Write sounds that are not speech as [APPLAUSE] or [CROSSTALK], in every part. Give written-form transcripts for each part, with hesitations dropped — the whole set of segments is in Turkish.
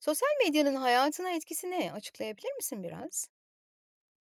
Sosyal medyanın hayatına etkisi ne? Açıklayabilir misin biraz?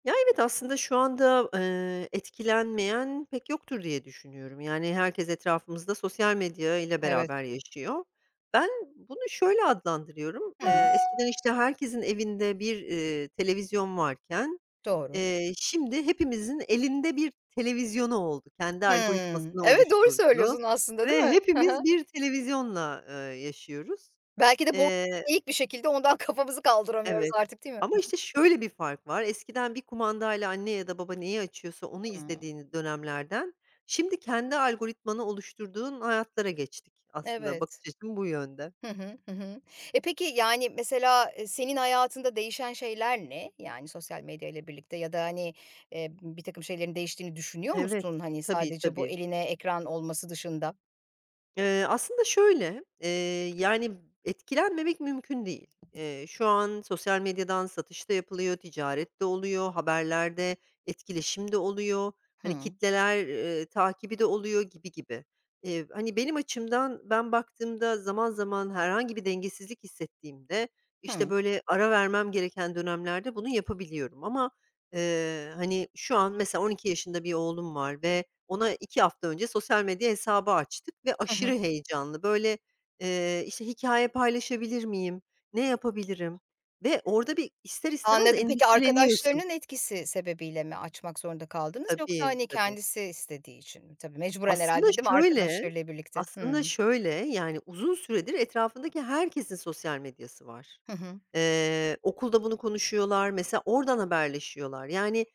Ya, evet, aslında şu anda, etkilenmeyen pek yoktur diye düşünüyorum. Yani, herkes etrafımızda sosyal medya ile Evet. beraber yaşıyor. Ben bunu şöyle adlandırıyorum. Hı Eee, hı. eskiden, işte, herkesin evinde bir, televizyon varken, Doğru. Şimdi hepimizin elinde bir televizyonu oldu. Kendi Hımm. algoritmasını Evet, doğru oluşturdu söylüyorsun aslında, değil ve mi? Hı hı. hepimiz bir televizyonla, yaşıyoruz. Belki de boynu eğik bir şekilde ondan [LAUGHS] kafamızı kaldıramıyoruz Evet. artık, değil mi? Ama, işte, şöyle bir fark var. Eskiden bir kumandayla anne ya da baba neyi açıyorsa onu Hımm. izlediğiniz dönemlerden, şimdi kendi algoritmanı oluşturduğun hayatlara geçtik aslında. Evet. Bakış açım bu yönde. Hı hı. Hı hı. Peki, yani, mesela, senin hayatında değişen şeyler ne? Yani, sosyal medyayla birlikte ya da, hani, birtakım şeylerin değiştiğini düşünüyor Evet. musun? Hani, Tabii, sadece bu tabii. eline ekran olması dışında. Aslında şöyle, yani, etkilenmemek mümkün değil. Şu an sosyal medyadan satışta yapılıyor, ticarette oluyor, haberlerde, etkileşimde oluyor, hani, Hımm. kitleler, takibi de oluyor gibi gibi. Hani, benim açımdan ben baktığımda zaman zaman herhangi bir dengesizlik hissettiğimde, işte, Hı. böyle, ara vermem gereken dönemlerde bunu yapabiliyorum ama, hani, şu an mesela 12 yaşında bir oğlum var ve ona 2 hafta önce sosyal medya hesabı açtık ve Hı aşırı hı. heyecanlı. Böyle, işte, hikaye paylaşabilir miyim, ne yapabilirim ve orada bir ister istemez Anladım. Peki endişeleniyorsun. arkadaşlarının etkisi sebebiyle mi açmak zorunda kaldınız yoksa, Tabii, hani, tabii. kendisi istediği için mi? Tabii mecburen herhalde Aslında değil mi şöyle, arkadaşlarıyla birlikte? Hımm. Yani, uzun süredir etrafındaki herkesin sosyal medyası var. Hı hı. Okulda bunu konuşuyorlar, mesela oradan haberleşiyorlar. Yani,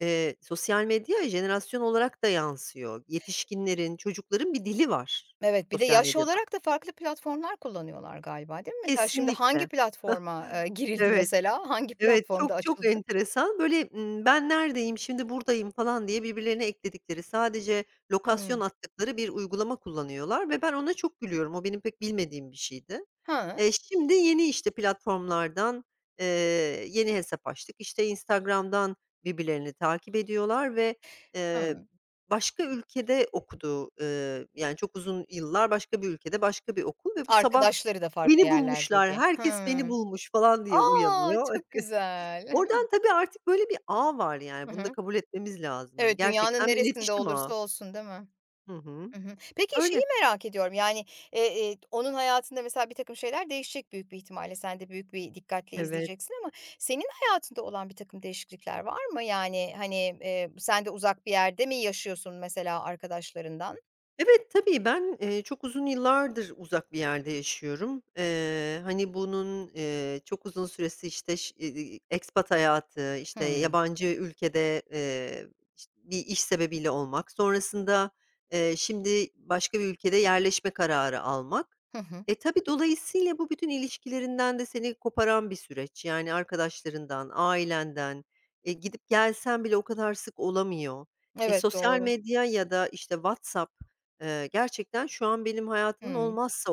sosyal medya jenerasyon olarak da yansıyor. Yetişkinlerin, çocukların bir dili var Evet, bir de sosyal yaş medyada. olarak da farklı platformlar kullanıyorlar galiba, değil mi? Mesela şimdi hangi Kesinlikle. platforma, girildi Evet. mesela? Hangi Evet, platformda çok çok açıldı? enteresan. Böyle, "Ben neredeyim, şimdi buradayım." falan diye birbirlerine ekledikleri, sadece lokasyon Hımm. attıkları bir uygulama kullanıyorlar ve ben ona çok gülüyorum. O benim pek bilmediğim bir şeydi. Hı. Şimdi yeni, işte, platformlardan, eee, yeni hesap açtık. İşte, Instagram'dan birbirlerini takip ediyorlar ve, eee, Hı. başka ülkede okudu, yani, çok uzun yıllar başka bir ülkede, başka bir okul ve bu sabah Arkadaşları da farklı beni yerlerde bulmuşlar, diye. herkes beni Hımm. bulmuş falan A! diye uyanıyor. Çok güzel. [LAUGHS] Oradan tabii artık böyle bir ağ var yani. Hı Bunu da hı. kabul etmemiz lazım. Hani Evet, dünyanın gerçekten bir neresinde iletişim ağı. olursa olsun, değil mi? Hı hı. Hı hı. Peki, Öyle. şeyi merak ediyorum, yani, onun hayatında mesela bir takım şeyler değişecek büyük bir ihtimalle. Sen de büyük bir dikkatle Evet. izleyeceksin ama senin hayatında olan bir takım değişiklikler var mı? Yani, hani, sen de uzak bir yerde mi yaşıyorsun mesela arkadaşlarından? Evet, tabii. Ben, çok uzun yıllardır uzak bir yerde yaşıyorum. Hani, bunun, çok uzun süresi, işte, expat hayatı, işte, Hımm. yabancı ülkede, bir iş sebebiyle olmak, sonrasında, şimdi başka bir ülkede yerleşme kararı almak. Hı hı. E, tabii, dolayısıyla bu bütün ilişkilerinden de seni koparan bir süreç. Yani arkadaşlarından, ailenden, e, gidip gelsen bile o kadar sık olamıyor. E, Evet, sosyal doğru. medya ya da, işte, WhatsApp. Gerçekten şu an benim hayatımın Hımm. olmazsa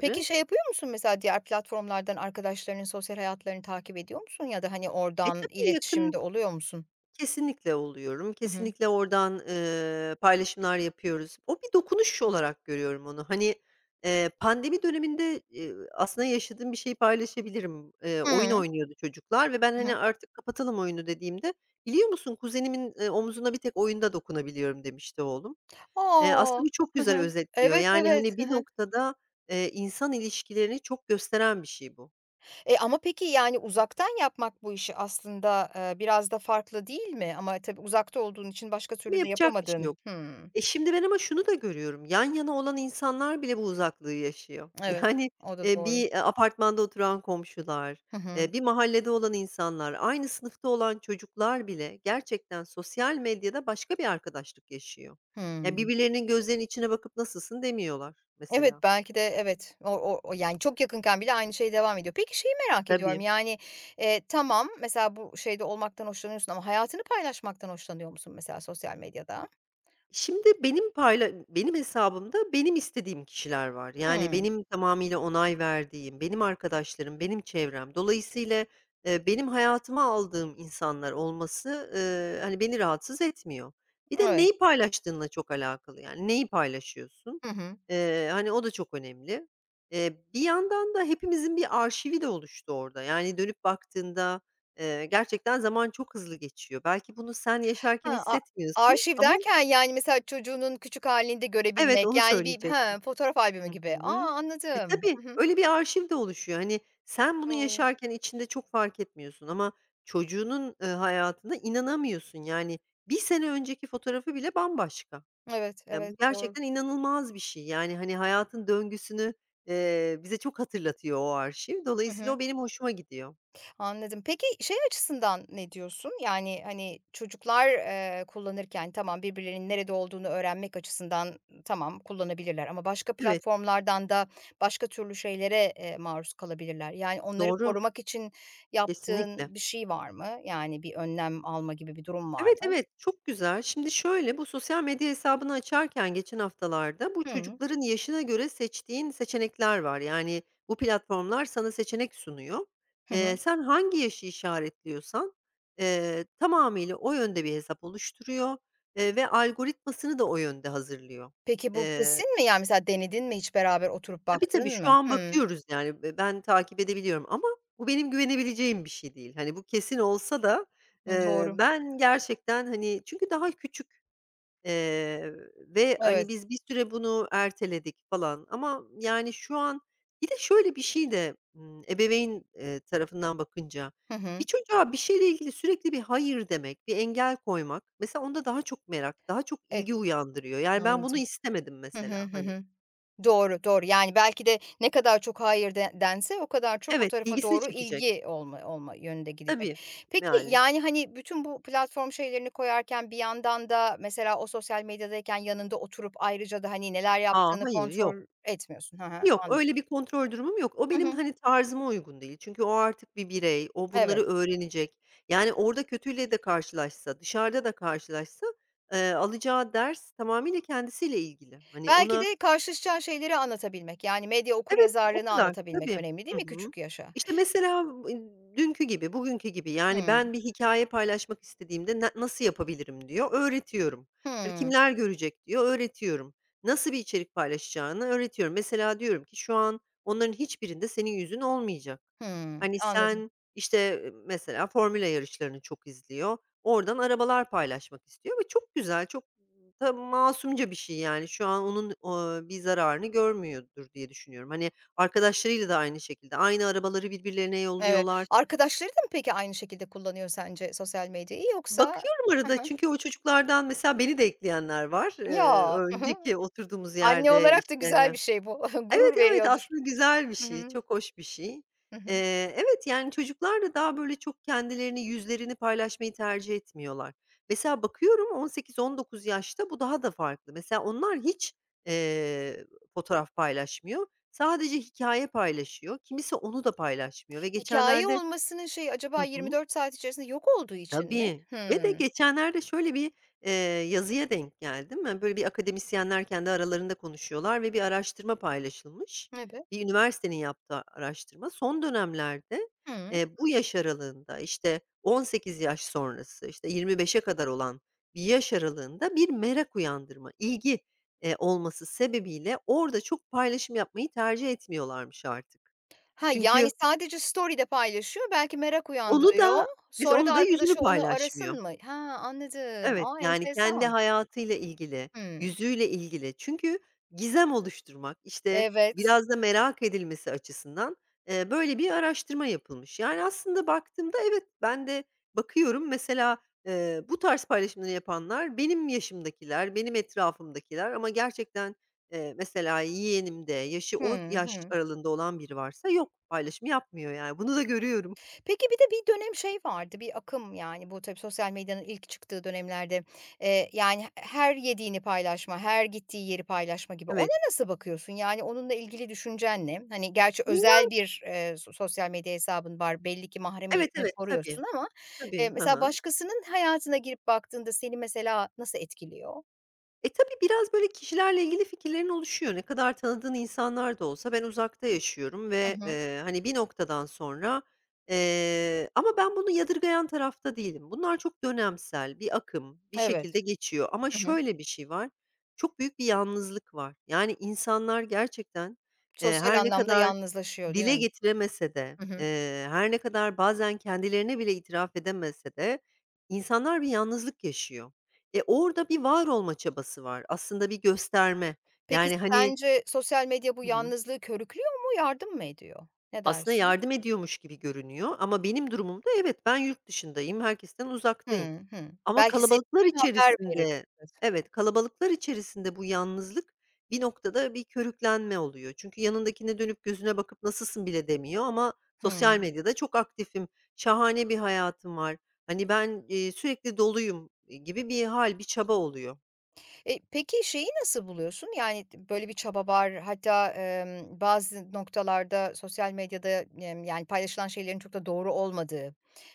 Peki, şey yapıyor musun mesela diğer platformlardan arkadaşlarının sosyal hayatlarını takip ediyor musun ya da, hani, E, oradan tabii yakın iletişimde oluyor musun? kesinlikle oluyorum. Hı hı. Kesinlikle oradan, paylaşımlar yapıyoruz. O bir dokunuş olarak görüyorum onu. Hani, pandemi döneminde, aslında yaşadığım bir şeyi paylaşabilirim. Oyun Hıı. oynuyordu çocuklar ve ben, Hı hani, hı. "Artık kapatalım oyunu." dediğimde, "Biliyor musun kuzenimin, omzuna bir tek oyunda dokunabiliyorum." demişti oğlum. Aslında A! bu çok Hı güzel hı. özetliyor. Evet, Yani, evet. hani, Hı bir hı. noktada, insan ilişkilerini çok gösteren bir şey bu. E, ama peki, yani, uzaktan yapmak bu işi aslında, biraz da farklı değil mi? Ama tabii uzakta olduğun için başka Ama türlü de yapacak bir şey yapamadın. yok. Hımm. E, şimdi ben ama şunu da görüyorum, yan yana olan insanlar bile bu uzaklığı yaşıyor. [LAUGHS] Evet, Yani, o da doğru. bir, apartmanda oturan komşular, Hı hı. Bir mahallede olan insanlar, aynı sınıfta olan çocuklar bile gerçekten sosyal medyada başka bir arkadaşlık yaşıyor. Ya, Hımm. birbirlerinin gözlerinin içine bakıp "Nasılsın?" demiyorlar Evet, mesela. belki de evet. O yani, çok yakınken bile aynı şey devam ediyor. Peki, şeyi merak ediyorum, Tabii. yani, tamam, mesela bu şeyde olmaktan hoşlanıyorsun ama hayatını paylaşmaktan hoşlanıyor musun mesela sosyal medyada? Şimdi benim hesabımda benim istediğim kişiler var. Yani Hımm. benim tamamıyla onay verdiğim, benim arkadaşlarım, benim çevrem. Dolayısıyla, benim hayatıma aldığım insanlar olması, hani, beni rahatsız etmiyor. Bir de Evet. neyi paylaştığınla çok alakalı, yani, neyi paylaşıyorsun? Hı hı. Hani, o da çok önemli. Bir yandan da hepimizin bir arşivi de oluştu orada. Yani, dönüp baktığında, gerçekten zaman çok hızlı geçiyor. Belki bunu sen yaşarken Ha, a hissetmiyorsun Arşiv ama derken, yani, mesela çocuğunun küçük halini de evet, görebilmek, onu yani, bir söyleyecektim. He, fotoğraf albümü Hı gibi. A, hı. E, anladım. tabii, Hı hı. öyle bir arşiv de oluşuyor. Hani, sen bunu Doğru. yaşarken içinde çok fark etmiyorsun ama çocuğunun, hayatına inanamıyorsun. Yani 1 sene önceki fotoğrafı bile bambaşka. Evet, Ya, bu evet, doğru. gerçekten inanılmaz bir şey. Yani, hani, hayatın döngüsünü, bize çok hatırlatıyor o arşiv. Hı Dolayısıyla hı. o benim hoşuma gidiyor. Anladım. Peki, şey açısından ne diyorsun? Yani, hani, çocuklar, kullanırken tamam, birbirlerinin nerede olduğunu öğrenmek açısından tamam, kullanabilirler ama başka Evet, platformlardan da başka türlü şeylere, maruz kalabilirler. Yani, onları doğru. korumak için Kesinlikle. yaptığın bir şey var mı? Yani, bir önlem alma gibi bir durum var Evet, mı? evet, çok güzel. Şimdi şöyle, bu sosyal medya hesabını açarken geçen haftalarda bu Hı. çocukların yaşına göre seçtiğin seçenekler var. Yani bu platformlar sana seçenek sunuyor. Hı Eee, hı. sen hangi yaşı işaretliyorsan, tamamıyla o yönde bir hesap oluşturuyor, ve algoritmasını da o yönde hazırlıyor. Peki bu Eee kesin mi? Yani, mesela denedin mi, hiç beraber oturup Tabii, tabii, baktın şu mı? an Hımm. bakıyoruz yani. Ben takip edebiliyorum ama bu benim güvenebileceğim bir şey değil. Hani, bu kesin olsa da, Hı, doğru. ben gerçekten, hani, çünkü daha küçük. Ve, hani, Evet. biz bir süre bunu erteledik falan ama, yani, şu an bir de şöyle bir şey de, ebeveyn, tarafından bakınca Hı bir hı. çocuğa bir şeyle ilgili sürekli bir hayır demek, bir engel koymak mesela onda daha çok merak, daha çok Evet, ilgi uyandırıyor. Yani, ben bunu anladım. istemedim Hı hı, mesela, hı hani hı. Doğru, doğru. Yani, belki de ne kadar çok hayır de dense o kadar çok o evet, tarafa ilgisini doğru çekecek. ilgi olma yönünde gidecek. Tabii, Peki, yani. yani, hani, bütün bu platform şeylerini koyarken bir yandan da mesela o sosyal medyadayken yanında oturup ayrıca da, hani, neler Aa yaptığını hayır, kontrol yok. etmiyorsun. Hı hı, Yok, anladım. öyle bir kontrol durumum yok. O Hı benim, hı. hani, tarzıma uygun değil. Çünkü o artık bir birey, o bunları Evet. öğrenecek. Yani orada kötüyle de karşılaşsa, dışarıda da karşılaşsa, alacağı ders tamamıyla kendisiyle ilgili. Hani, Belki de ona karşılaşacağın şeyleri anlatabilmek, yani medya evet, o okuryazarlığını kadar. anlatabilmek Tabii. önemli değil Hı mi hı. küçük yaşa? İşte, mesela, dünkü gibi, bugünkü gibi, yani, Hıı. ben bir hikâye paylaşmak istediğimde nasıl yapabilirim diyor, öğretiyorum. Hani, Hıı. kimler görecek diyor, öğretiyorum. Nasıl bir içerik paylaşacağını öğretiyorum. Mesela diyorum ki, şu an onların hiçbirinde senin yüzün olmayacak. Hıı. Hani, Anladım. sen, işte, mesela formula yarışlarını çok izliyor. Oradan arabalar paylaşmak istiyor ve çok güzel, çok da masumca bir şey, yani. Şu an onun, bir zararını görmüyordur diye düşünüyorum. Hani, arkadaşlarıyla da aynı şekilde aynı arabaları birbirlerine Evet. yolluyorlar. Arkadaşları da mı peki aynı şekilde kullanıyor sence sosyal medyayı yoksa? Bakıyorum Hı arada hı. çünkü o çocuklardan mesela beni de ekleyenler var. Eee, Ya. Hı hı. önceki oturduğumuz Anne yerde, olarak da işte güzel bir şey bu. [LAUGHS] evet, Gurur evet, veriyordur. aslında güzel bir Hı şey, hı. çok hoş bir şey. Hı hı. Evet, yani, çocuklar da daha, böyle, çok kendilerini, yüzlerini paylaşmayı tercih etmiyorlar. Mesela bakıyorum 18-19 yaşta bu daha da farklı. Mesela onlar hiç, eee, fotoğraf paylaşmıyor. Sadece hikaye paylaşıyor. Kimisi onu da paylaşmıyor ve Hikâye geçenlerde olmasının şeyi hı acaba hı. 24 saat içerisinde yok olduğu için mi? Tabii ve de Hıı. geçenlerde şöyle bir, eee, yazıya denk geldim. Hani, böyle bir akademisyenler kendi aralarında konuşuyorlar ve bir araştırma paylaşılmış. Evet. Bir üniversitenin yaptığı araştırma. Son dönemlerde, Hıı. Bu yaş aralığında, işte, 18 yaş sonrası, işte, 25'e kadar olan bir yaş aralığında bir merak uyandırma, ilgi, olması sebebiyle orada çok paylaşım yapmayı tercih etmiyorlarmış artık. Ha, yani Çünkü sadece story'de paylaşıyor, belki merak onu uyandırıyor. da, mesela Sonra da onu da yüzünü arkadaşı onu paylaşmıyor. arasın mı? Ha, anladım. Evet, A, yani kendi enteresan. hayatıyla ilgili, Hmm. yüzüyle ilgili. Çünkü gizem oluşturmak, işte, Evet. biraz da merak edilmesi açısından, böyle bir araştırma yapılmış. Yani aslında baktığımda evet, ben de bakıyorum mesela, bu tarz paylaşımları yapanlar benim yaşımdakiler, benim etrafımdakiler ama gerçekten, mesela yeğenimde, yaşı Hı o yaş hı. aralığında olan biri varsa yok, paylaşım yapmıyor yani. Bunu da görüyorum. Peki, bir de bir dönem şey vardı, bir akım, yani, bu tabii sosyal medyanın ilk çıktığı dönemlerde, yani, her yediğini paylaşma, her gittiği yeri paylaşma gibi. Ona Evet. nasıl bakıyorsun? Yani, onunla ilgili düşüncen ne? Hani, gerçi Ya, özel bir, sosyal medya hesabın var, belli ki evet, mahremiyetini evet, tabii, koruyorsun ama, tabii. Hı mesela hı. başkasının hayatına girip baktığında seni mesela nasıl etkiliyor? E, tabii biraz böyle kişilerle ilgili fikirlerin oluşuyor. Ne kadar tanıdığın insanlar da olsa ben uzakta yaşıyorum Hı ve, hı. Hani, bir noktadan sonra, ama ben bunu yadırgayan tarafta değilim. Bunlar çok dönemsel, bir akım, bir Evet. şekilde geçiyor ama Hı hı. şöyle bir şey var, çok büyük bir yalnızlık var. Yani, insanlar gerçekten, Sosyal her ne anlamda kadar yalnızlaşıyor, değil dile mi? getiremese de, Hı hı. Her ne kadar bazen kendilerine bile itiraf edemese de insanlar bir yalnızlık yaşıyor. E, orada bir var olma çabası var. Aslında bir gösterme. Peki Yani, hani sence sosyal medya bu hı hı. yalnızlığı körüklüyor mu, yardım mı ediyor? Ne Aslında dersin? yardım ediyormuş gibi görünüyor ama benim durumumda evet, ben yurt dışındayım, herkesten Hı uzaktayım. hı. Ama Belki senin kalabalıklar için haber veriyor. içerisinde evet, kalabalıklar içerisinde bu yalnızlık bir noktada bir körüklenme oluyor. Çünkü yanındakine dönüp gözüne bakıp "Nasılsın?" bile demiyor ama sosyal Hıı. medyada çok aktifim, şahane bir hayatım var, hani, ben, sürekli doluyum, gibi bir hal bir çaba oluyor. Peki şeyi nasıl buluyorsun? Yani t böyle bir çaba var. Hatta, bazı noktalarda sosyal medyada, yani paylaşılan şeylerin çok da doğru olmadığı,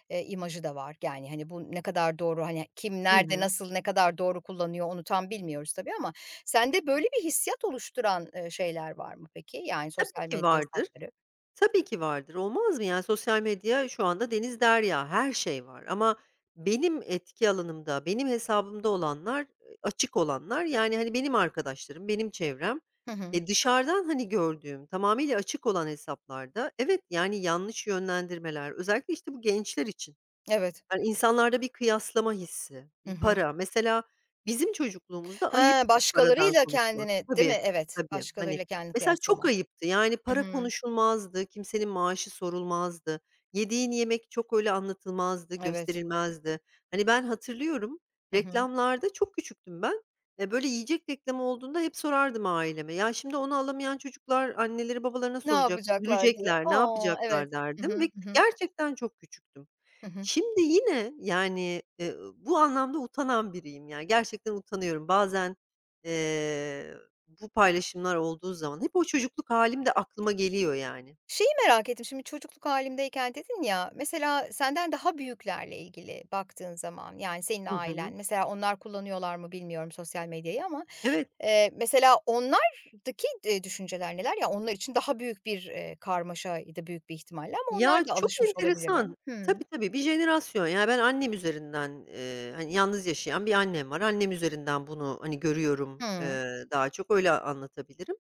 imajı da var. Yani, hani, bu ne kadar doğru, hani, kim, Hı nerede, hı. nasıl, ne kadar doğru kullanıyor onu tam bilmiyoruz tabii ama sende böyle bir hissiyat oluşturan, şeyler var mı peki? Yani sosyal Tabii ki medya vardır. hesapları. Tabii ki vardır. Olmaz mı? Yani, sosyal medya şu anda deniz derya, her şey var ama benim etki alanımda, benim hesabımda olanlar, açık olanlar, yani, hani, benim arkadaşlarım, benim çevrem. Hı hı. E, dışarıdan, hani, gördüğüm, tamamıyla açık olan hesaplarda evet, yani, yanlış yönlendirmeler, özellikle, işte, bu gençler için Evet. yani, insanlarda bir kıyaslama hissi, Hı bir hı. para. Mesela bizim çocukluğumuzda He, ayıptı paradan başkalarıyla konuşmak. kendini değil Tabii, mi? Evet, tabii. Hani, başkalarıyla kendini mesela çok kıyaslama. ayıptı. Yani, Hı para hı. konuşulmazdı, kimsenin maaşı sorulmazdı. Yediğin yemek çok öyle anlatılmazdı, Evet. gösterilmezdi. Hani, ben hatırlıyorum, Hı hı. reklamlarda çok küçüktüm ben. Böyle yiyecek reklamı olduğunda hep sorardım aileme. Ya, şimdi onu alamayan çocuklar anneleri babalarına Ne soracak, yapacaklar diye. üzülecekler, ne A! Evet. yapacaklar Hı hı. derdim ve Hı hı. gerçekten çok küçüktüm. Hı hı. Şimdi yine, yani, bu anlamda utanan biriyim. Yani, gerçekten utanıyorum. Bazen, eee, bu paylaşımlar olduğu zaman hep o çocukluk halim de aklıma geliyor, yani. Şeyi merak ettim, şimdi çocukluk halimdeyken dedin ya, mesela senden daha büyüklerle ilgili baktığın zaman, yani, senin Hı ailen, hı. mesela onlar kullanıyorlar mı bilmiyorum sosyal medyayı ama, Evet. Mesela onlardaki, düşünceler neler? Ya onlar için daha büyük bir, karmaşaydı büyük bir ihtimalle ama Ya, onlar da çok alışmış olabilirler. enteresan. Hıı. Tabii, tabii, bir jenerasyon. Yani, ben annem üzerinden, hani, yalnız yaşayan bir annem var. Annem üzerinden bunu, hani, görüyorum, Hıı. Daha çok öyle anlatabilirim.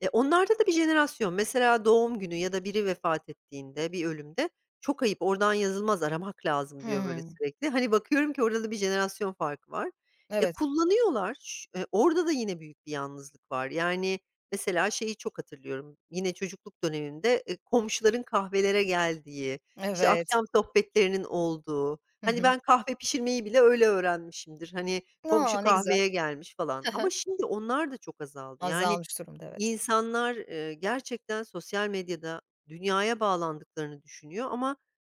E, onlarda da bir jenerasyon. Mesela doğum günü ya da biri vefat ettiğinde, bir ölümde, "Çok ayıp, oradan yazılmaz, aramak Hı lazım." diyor böyle hı. sürekli. Hani, bakıyorum ki orada da bir jenerasyon farkı var. E, Evet, kullanıyorlar. Ş orada da yine büyük bir yalnızlık var. Yani, mesela şeyi çok hatırlıyorum, yine çocukluk dönemimde, komşuların kahvelere geldiği, işte, evet. akşam sohbetlerinin olduğu, Hı hani, hı. ben kahve pişirmeyi bile öyle öğrenmişimdir. Hani, komşu A, ne güzel. kahveye gelmiş falan Hı hı. ama şimdi onlar da çok azaldı. Yani, Azalmış durumda, evet. insanlar, gerçekten sosyal medyada dünyaya bağlandıklarını düşünüyor ama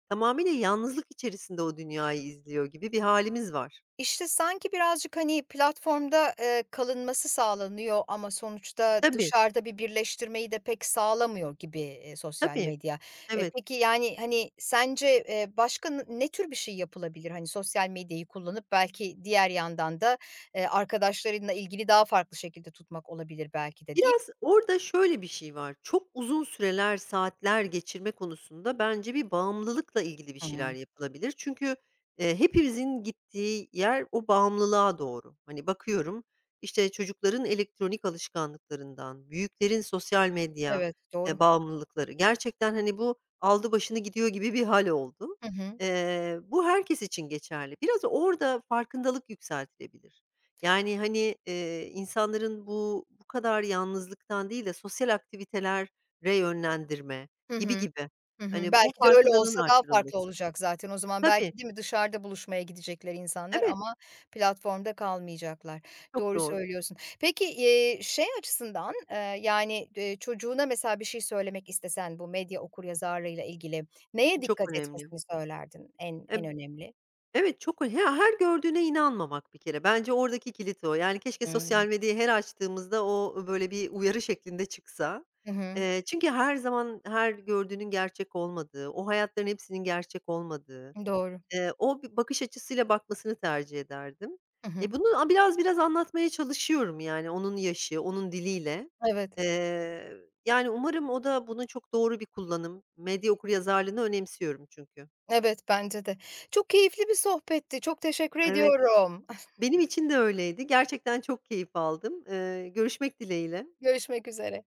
tamamıyla yalnızlık içerisinde o dünyayı izliyor gibi bir halimiz var. İşte, sanki birazcık, hani, platformda, kalınması sağlanıyor ama sonuçta Tabii, dışarıda bir birleştirmeyi de pek sağlamıyor gibi, sosyal tabii. medya. Evet. Peki, yani, hani, sence, başka ne tür bir şey yapılabilir? Hani, sosyal medyayı kullanıp belki diğer yandan da, arkadaşlarınla ilgili daha farklı şekilde tutmak olabilir belki de, değil Biraz mi? orada şöyle bir şey var, çok uzun süreler, saatler geçirme konusunda bence bir bağımlılıkla ilgili bir şeyler Hıı. yapılabilir. Çünkü, hepimizin gittiği yer o bağımlılığa doğru. Hani, bakıyorum, işte, çocukların elektronik alışkanlıklarından, büyüklerin sosyal medya, Evet, doğru. bağımlılıkları gerçekten, hani, bu aldı başını gidiyor gibi bir hal oldu. Hı hı. Bu herkes için geçerli. Biraz orada farkındalık yükseltilebilir. Yani, hani, insanların bu kadar yalnızlıktan değil de sosyal aktivitelere yönlendirme Hı gibi hı. gibi. Hı hı. Hani, bu Belki de öyle farkındalığın olsa daha farklı arttırılması. olacak zaten o zaman. Tabii, Belki, değil mi, dışarıda buluşmaya gidecekler insanlar evet, ama platformda kalmayacaklar. çok Doğru doğru, söylüyorsun. Peki, şey açısından, yani, çocuğuna mesela bir şey söylemek istesen bu medya okuryazarlığıyla ilgili neye dikkat çok önemli. etmesini söylerdin Eb en önemli? evet, çok ö he her gördüğüne inanmamak bir kere. Bence oradaki kilit o. Yani, keşke Hımm. sosyal medyayı her açtığımızda o, böyle, bir uyarı şeklinde çıksa. Hı hı. Çünkü her zaman her gördüğünün gerçek olmadığı, o hayatların hepsinin gerçek olmadığı Doğru. O bir bakış açısıyla bakmasını tercih ederdim. Hı E, hı. bunu biraz anlatmaya çalışıyorum yani onun yaşı, onun diliyle. Evet. Eee, yani umarım o da bunu çok doğru bir kullanım. Medya okuryazarlığını önemsiyorum çünkü. Evet, bence de. Çok keyifli bir sohbetti. Çok teşekkür Evet, ediyorum. [LAUGHS] benim için de öyleydi. Gerçekten çok keyif aldım. Görüşmek dileğiyle. Görüşmek üzere.